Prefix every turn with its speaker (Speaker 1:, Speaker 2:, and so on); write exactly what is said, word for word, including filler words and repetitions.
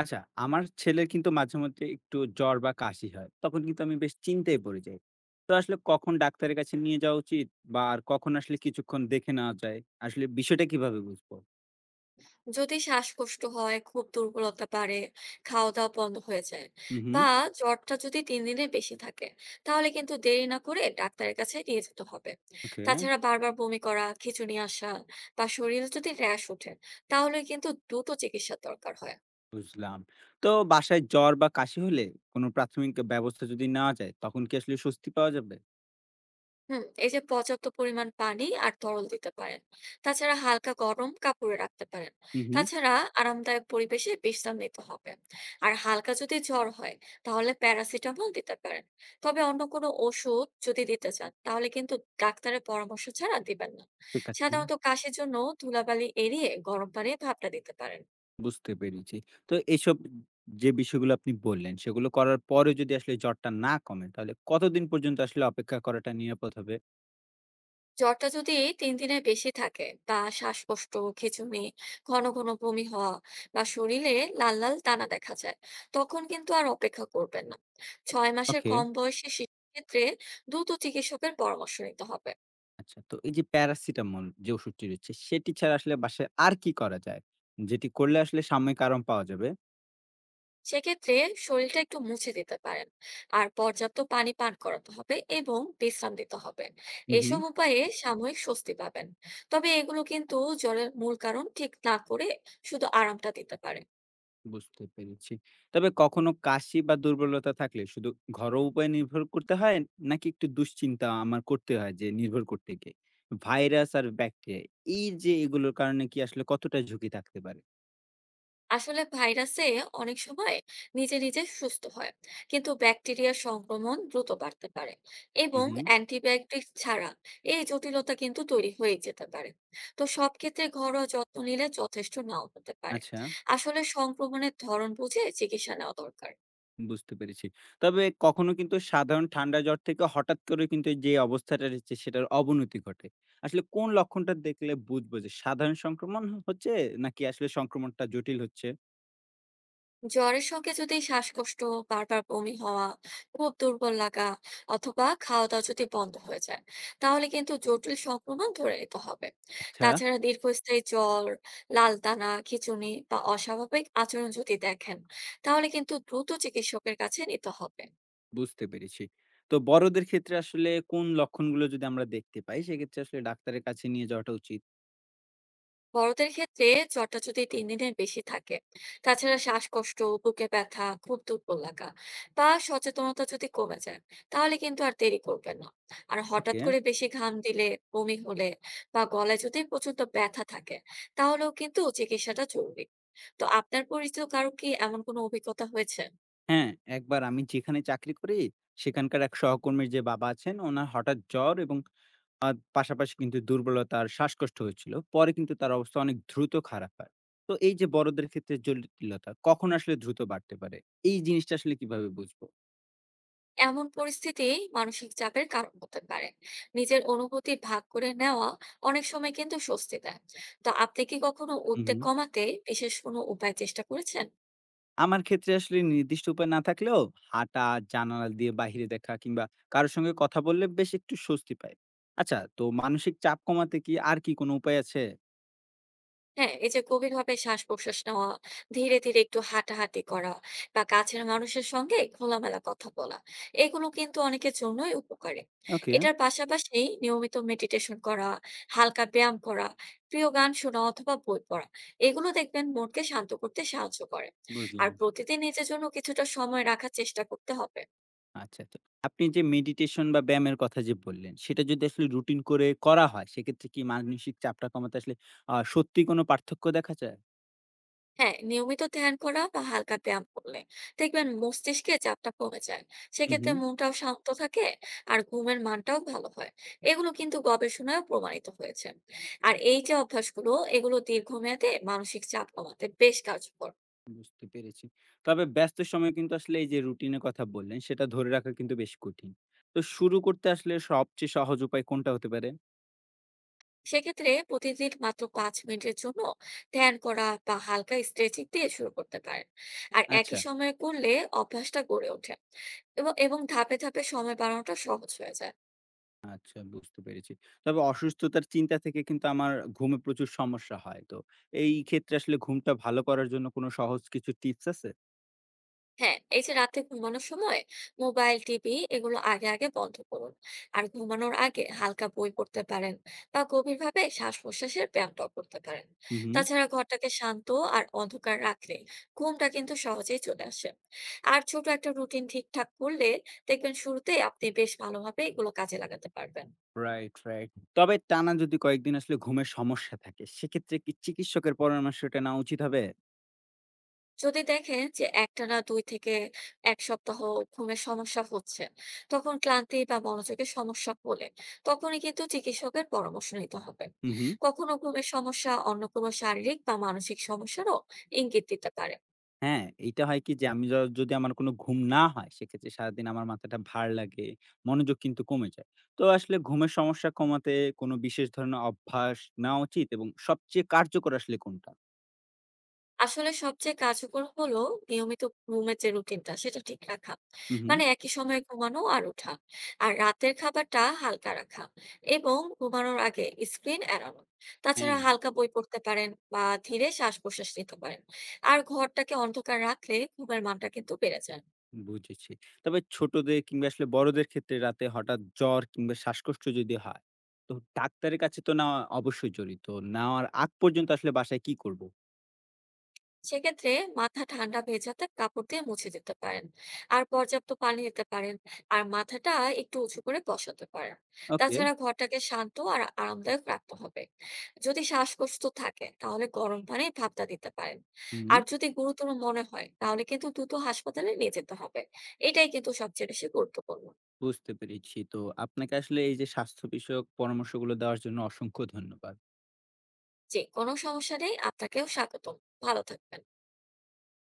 Speaker 1: আচ্ছা, আমার ছেলের কিন্তু মাঝে মধ্যে একটু জ্বর বা কাশি হয়। তখন কিন্তু আমি বেশ চিন্তায় পড়ে যাই। তো আসলে কখন ডাক্তারের কাছে নিয়ে যাওয়া উচিত বা আর কখন আসলে কিছুক্ষণ দেখে নেওয়া যায়? আসলে বিষয়টা কিভাবে বুঝবো?
Speaker 2: যদি শ্বাসকষ্ট হয়, খুব দুর্বলতা বাড়ে, খাওয়া দাওয়া বন্ধ হয়ে যায়
Speaker 1: হুম, হুম।
Speaker 2: বা জ্বরটা যদি তিন দিনের বেশি থাকে, তাহলে কিন্তু দেরি না করে ডাক্তারের কাছে নিয়ে যেতে হবে।
Speaker 1: ওকে,
Speaker 2: তাছাড়া বারবার বমি করা, খিঁচুনি আসা বা শরীরে যদি র্যাশ ওঠে, তাহলে কিন্তু দ্রুত চিকিৎসার দরকার হয়।
Speaker 1: বুঝলাম। তো বাসায় জ্বর বা কাশি হলে কোনো প্রাথমিক ব্যবস্থা যদি নেওয়া যায়, তখন কি আসলে স্বস্তি পাওয়া যাবে?
Speaker 2: হুম, এই যে পর্যাপ্ত পরিমাণ পানি আর তরল দিতে পারেন। তাছাড়া হালকা গরম কাপড়ে রাখতে পারেন।
Speaker 1: হুম, হুম।
Speaker 2: তাছাড়া আরামদায়ক পরিবেশে বিশ্রাম নিতে হবে। আর হালকা যদি জ্বর হয়, তাহলে প্যারাসিটামল দিতে পারেন। তবে অন্য কোনো ওষুধ যদি দিতে চান, তাহলে কিন্তু ডাক্তারের পরামর্শ ছাড়া দিবেন না।
Speaker 1: ঠিক আছে।
Speaker 2: সাধারণত কাশির জন্য ধুলাবালি এড়িয়ে গরম পানির ভাপটা দিতে পারেন।
Speaker 1: বুঝতে পেরেছি। তো এইসব যে বিষয়গুলো আপনি বললেন, সেগুলো করার পরেও যদি আসলে জ্বরটা না কমে, তাহলে কতদিন পর্যন্ত আসলে অপেক্ষা করাটা নিরাপদ হবে?
Speaker 2: জ্বরটা যদি তিন দিনের বেশি থাকে, বা শ্বাসকষ্ট, খিঁচুনি, ঘন ঘন বমি হওয়া বা শরীরে লাল লাল দানা দেখা যায়, তখন কিন্তু আর অপেক্ষা করবেন না। ছয় মাসের
Speaker 1: ওকে।
Speaker 2: কম বয়সী শিশুর ক্ষেত্রে দ্রুত চিকিৎসকের পরামর্শ নিতে হবে।
Speaker 1: আচ্ছা তো এই যে প্যারাসিটামল যে ওষুধটি রয়েছে সেটি ছাড়া আসলে বাসায় আর কি করা যায়? যেটি করলে আসলে সাময়িক আরাম পাওয়া যাবে?
Speaker 2: সেক্ষেত্রে শরীরটা একটু মুছে দিতে পারেন। আর পর্যাপ্ত পানি পান করাতে হবে এবং বিশ্রাম দিতে হবে।
Speaker 1: হুম, হুম,
Speaker 2: এসব উপায়ে সাময়িক স্বস্তি পাবেন। তবে এগুলো কিন্তু জ্বরের মূল কারণ ঠিক না করে শুধু আরামটা দিতে পারে।
Speaker 1: বুঝতে পেরেছি। তবে কখনো কাশি বা দুর্বলতা থাকলে শুধু ঘরোয়া উপায়ে নির্ভর করতে হয় নাকি একটু দুশ্চিন্তা আমার করতে হয় যে নির্ভর করতে গিয়ে? ভাইরাস আর ব্যাকটেরিয়া এই যে এগুলোর কারণে কি আসলে কতটা ঝুঁকি থাকতে পারে?
Speaker 2: আসলে ভাইরাসে অনেক সময় নিজে নিজে সুস্থ হয়, কিন্তু ব্যাকটেরিয়ার সংক্রমণ দ্রুত বাড়তে পারে
Speaker 1: হুম,
Speaker 2: এবং
Speaker 1: হুম,
Speaker 2: অ্যান্টিবায়োটিক ছাড়া এই জটিলতা কিন্তু তৈরি হয়ে যেতে পারে। তো সব ক্ষেত্রে ঘরোয়া যত্ন নিলে যথেষ্ট নাও হতে পারে।
Speaker 1: আচ্ছা।
Speaker 2: আসলে সংক্রমণের ধরন বুঝে চিকিৎসা নেওয়া দরকার।
Speaker 1: বুঝতে পেরেছি। তবে কখনো কিন্তু সাধারণ ঠান্ডা জ্বর থেকে হঠাৎ করে কিন্তু এই যে অবস্থাটা রয়েছে সেটার অবনতি ঘটে। আসলে কোন লক্ষণটা দেখলে বুঝবো যে সাধারণ সংক্রমণ হচ্ছে নাকি আসলে সংক্রমণটা জটিল হচ্ছে?
Speaker 2: জ্বরের সঙ্গে যদি শ্বাসকষ্ট, বারবার বমি হওয়া, খুব দুর্বল লাগা অথবা খাওয়া দাওয়া যদি বন্ধ হয়ে যায়, তাহলে কিন্তু জটিল সংক্রমণ ধরে নিতে হবে।
Speaker 1: আচ্ছা,
Speaker 2: তাছাড়া দীর্ঘস্থায়ী জ্বর, লাল দানা, খিঁচুনি বা অস্বাভাবিক আচরণ যদি দেখেন, তাহলে কিন্তু দ্রুত চিকিৎসকের কাছে নিতে হবে।
Speaker 1: বুঝতে পেরেছি। তো বড়দের ক্ষেত্রে আসলে কোন লক্ষণগুলো যদি আমরা দেখতে পাই সেক্ষেত্রে আসলে ডাক্তারের কাছে নিয়ে যাওয়াটা উচিত?
Speaker 2: বড়দের ক্ষেত্রে জ্বরটা যদি তিন দিনের বেশি থাকে, তাছাড়া শ্বাসকষ্ট, বুকে ব্যথা, খুব দুর্বল লাগা বা সচেতনতা যদি কমে যায়, তাহলে কিন্তু আর দেরি করবেন না। আর হঠাৎ
Speaker 1: ওকে।
Speaker 2: করে বেশি ঘাম দিলে, বমি হলে বা গলায় যদি প্রচন্ড ব্যথা থাকে, তাহলেও কিন্তু চিকিৎসাটা জরুরি। তো আপনার পরিচিত কারো কি এমন কোনো অভিজ্ঞতা হয়েছে?
Speaker 1: হ্যাঁ, একবার আমি যেখানে চাকরি করি সেখানকার এক সহকর্মীর যে বাবা আছেন উনার হঠাৎ জ্বর এবং আর পাশাপাশি কিন্তু দুর্বলতা আর শ্বাসকষ্ট হয়েছিল। পরে কিন্তু তার অবস্থা অনেক দ্রুত খারাপ হয়। তো এই যে বড়দের ক্ষেত্রে জটিলতা কখন আসলে দ্রুত বাড়তে পারে? এই জিনিসটা আসলে কিভাবে বুঝবো?
Speaker 2: এমন পরিস্থিতি মানসিক চাপের কারণ হতে পারে। নিজের অনুভূতি ভাগ করে নেওয়া অনেক সময় কিন্তু স্বস্তি দেয়। তো আপনি কি কখনো
Speaker 1: হু,
Speaker 2: উদ্বেগ
Speaker 1: হুম।
Speaker 2: কমাতে বিশেষ কোনো উপায় চেষ্টা করেছেন?
Speaker 1: আমার ক্ষেত্রে আসলে নির্দিষ্ট উপায় না থাকলেও হাঁটা, জানালা দিয়ে বাহিরে দেখা কিংবা কারো সঙ্গে কথা বললে বেশ একটু স্বস্তি পাই। আচ্ছা তো মানসিক চাপ কমাতে কি আর কি কোনো উপায় আছে?
Speaker 2: হ্যাঁ, এই যে গভীরভাবে শ্বাস-প্রশ্বাস নেওয়া, ধীরে, ধীরে একটু হাঁটাহাঁটি করা বা কাছের মানুষের সঙ্গে খোলামেলা কথা বলা, এগুলো কিন্তু অনেকের জন্যই উপকারী।
Speaker 1: ওকে,
Speaker 2: এটার পাশাপাশি নিয়মিত মেডিটেশন করা, হালকা ব্যায়াম করা, প্রিয় গান শোনা অথবা বই পড়া, এগুলো দেখবেন মনকে শান্ত করতে সাহায্য করে। আর
Speaker 1: বুঝলাম।
Speaker 2: প্রতিদিন নিজের জন্য কিছুটা সময় রাখার চেষ্টা করতে হবে।
Speaker 1: আচ্ছা, তো আপনি যে মেডিটেশন বা ব্যায়ামের কথা যে বললেন, সেটা যদি আসলে রুটিন করে করা হয়, সেক্ষেত্রে কি মানসিক চাপটা কমাতে আসলে আ সত্যিই কোনো পার্থক্য দেখা যায়?
Speaker 2: হ্যাঁ, নিয়মিত ধ্যান করা বা হালকা ব্যায়াম করলে দেখবেন মস্তিষ্কে চাপটা কমে যায়।
Speaker 1: হুম,
Speaker 2: সেক্ষেত্রে
Speaker 1: হুম,
Speaker 2: মনটাও শান্ত থাকে। আর ঘুমের মানটাও ভালো হয়। এগুলো কিন্তু গবেষণায় প্রমাণিত হয়েছে। আর এই যে অভ্যাসগুলো, এগুলো দীর্ঘমেয়াদে মানসিক চাপ কমাতে বেশ কার্যকর।
Speaker 1: বুঝতে পেরেছি। তবে ব্যস্ত সময়ে কিন্তু আসলে এই যে রুটিনের কথা বললেন, সেটা ধরে রাখা কিন্তু বেশ কঠিন। তো শুরু করতে আসলে সবচেয়ে সহজ উপায় কোনটা হতে পারে?
Speaker 2: সেক্ষেত্রে প্রতিদিন মাত্র পাঁচ মিনিটের জন্য ধ্যান করা বা হালকা স্ট্রেচিং দিয়ে শুরু করতে পারেন। আর
Speaker 1: আচ্ছা,
Speaker 2: একই সময়ে করলে অভ্যাসটা গড়ে ওঠে এবং এবং ধাপে ধাপে সময় বাড়ানোটা সহজ হয়ে যায়।
Speaker 1: আচ্ছা বুঝতে পেরেছি। তবে অসুস্থতার চিন্তা থেকে কিন্তু আমার ঘুমে প্রচুর সমস্যা হয়। তো এই ক্ষেত্রে আসলে ঘুমটা ভালো করার জন্য কোনো সহজ কিছু টিপস আছে?
Speaker 2: হ্যাঁ, এই যে রাতে ঘুমানোর সময় মোবাইল, টিভি এগুলো আগে আগে বন্ধ করুন। আর ঘুমানোর আগে হালকা বই পড়তে পারেন বা গভীরভাবে শ্বাস প্রশ্বাসের ব্যায়ামটাও করতে পারেন।
Speaker 1: হুম, হুম।
Speaker 2: তাছাড়া ঘরটাকে শান্ত আর অন্ধকার রাখলে ঘুমটা কিন্তু সহজেই চলে আসে। আর ছোট একটা রুটিন ঠিকঠাক করলে দেখবেন শুরুতে আপনি বেশ ভালোভাবে এগুলো কাজে লাগাতে পারবেন।
Speaker 1: Right, right. তবে টানা যদি কয়েকদিন আসলে ঘুমের সমস্যা থাকে, সেক্ষেত্রে কি চিকিৎসকের পরামর্শটা নেওয়া উচিত হবে?
Speaker 2: যদি দেখেন যে একটানা দুই থেকে এক সপ্তাহ ঘুমের সমস্যা হচ্ছে, তখন ক্লান্তি বা মনোযোগের সমস্যা হলে তখনই কিন্তু চিকিৎসকের পরামর্শ নিতে হবে।
Speaker 1: হু, হু।
Speaker 2: কখনো ঘুমের সমস্যা অন্য কোনো শারীরিক বা মানসিক সমস্যারও ইঙ্গিত দিতে পারে।
Speaker 1: হ্যাঁ, এইটা হয় কি যে আমি য যদি আমার কোনো ঘুম না হয়, সেক্ষেত্রে সারাদিন আমার মাথাটা ভার লাগে, মনোযোগ কিন্তু কমে যায়। তো আসলে ঘুমের সমস্যা কমাতে কোনো বিশেষ ধরনের অভ্যাস নেওয়া উচিত এবং সবচেয়ে কার্যকর আসলে কোনটা?
Speaker 2: আসলে সবচেয়ে কার্যকর হলো নিয়মিত ঘুমের যে রুটিনটা সেটা ঠিক রাখা।
Speaker 1: হু, হু।
Speaker 2: মানে একই সময়ে ঘুমানো আর ওঠা, আর রাতের খাবারটা হালকা রাখা এবং ঘুমানোর আগে স্ক্রিন এড়ানো। তাছাড়া
Speaker 1: হ্যাঁ।
Speaker 2: হালকা বই পড়তে পারেন বা ধীরে শ্বাস প্রশ্বাস নিতে পারেন। আর ঘরটাকে অন্ধকার রাখলে ঘুমের মানটা কিন্তু বেড়ে যায়।
Speaker 1: বুঝেছি। তবে ছোটদের কিংবা আসলে বড়দের ক্ষেত্রে রাতে হঠাৎ জ্বর কিংবা শ্বাসকষ্ট যদি হয়, তো ডাক্তারের কাছে তো নেওয়া অবশ্যই জরুরি। তো নেওয়ার আগ পর্যন্ত আসলে বাসায় কি করব?
Speaker 2: সেক্ষেত্রে মাথা ঠান্ডা ভেজাতে কাপড় দিয়ে মুছে দিতে পারেন। আর পর্যাপ্ত পানি দিতে পারেন। আর মাথাটা একটু উঁচু করে বসাতে পারেন।
Speaker 1: ওকে,
Speaker 2: তাছাড়া ঘরটাকে শান্ত আর আরামদায়ক রাখতে হবে। যদি শ্বাসকষ্ট থাকে, তাহলে গরম পানি ভাপটা দিতে পারেন।
Speaker 1: হুম,
Speaker 2: আর যদি গুরুতর মনে হয়, তাহলে কিন্তু দ্রুত হাসপাতালে নিয়ে যেতে হবে। এটাই কিন্তু সবচেয়ে বেশি গুরুত্বপূর্ণ।
Speaker 1: বুঝতে পেরেছি। তো আপনাকে আসলে এই যে স্বাস্থ্য বিষয়ক পরামর্শগুলো দেওয়ার জন্য অসংখ্য ধন্যবাদ।
Speaker 2: যে কোনো সমস্যা নেই, আপনাকেও স্বাগতম। ভালো থাকবেন।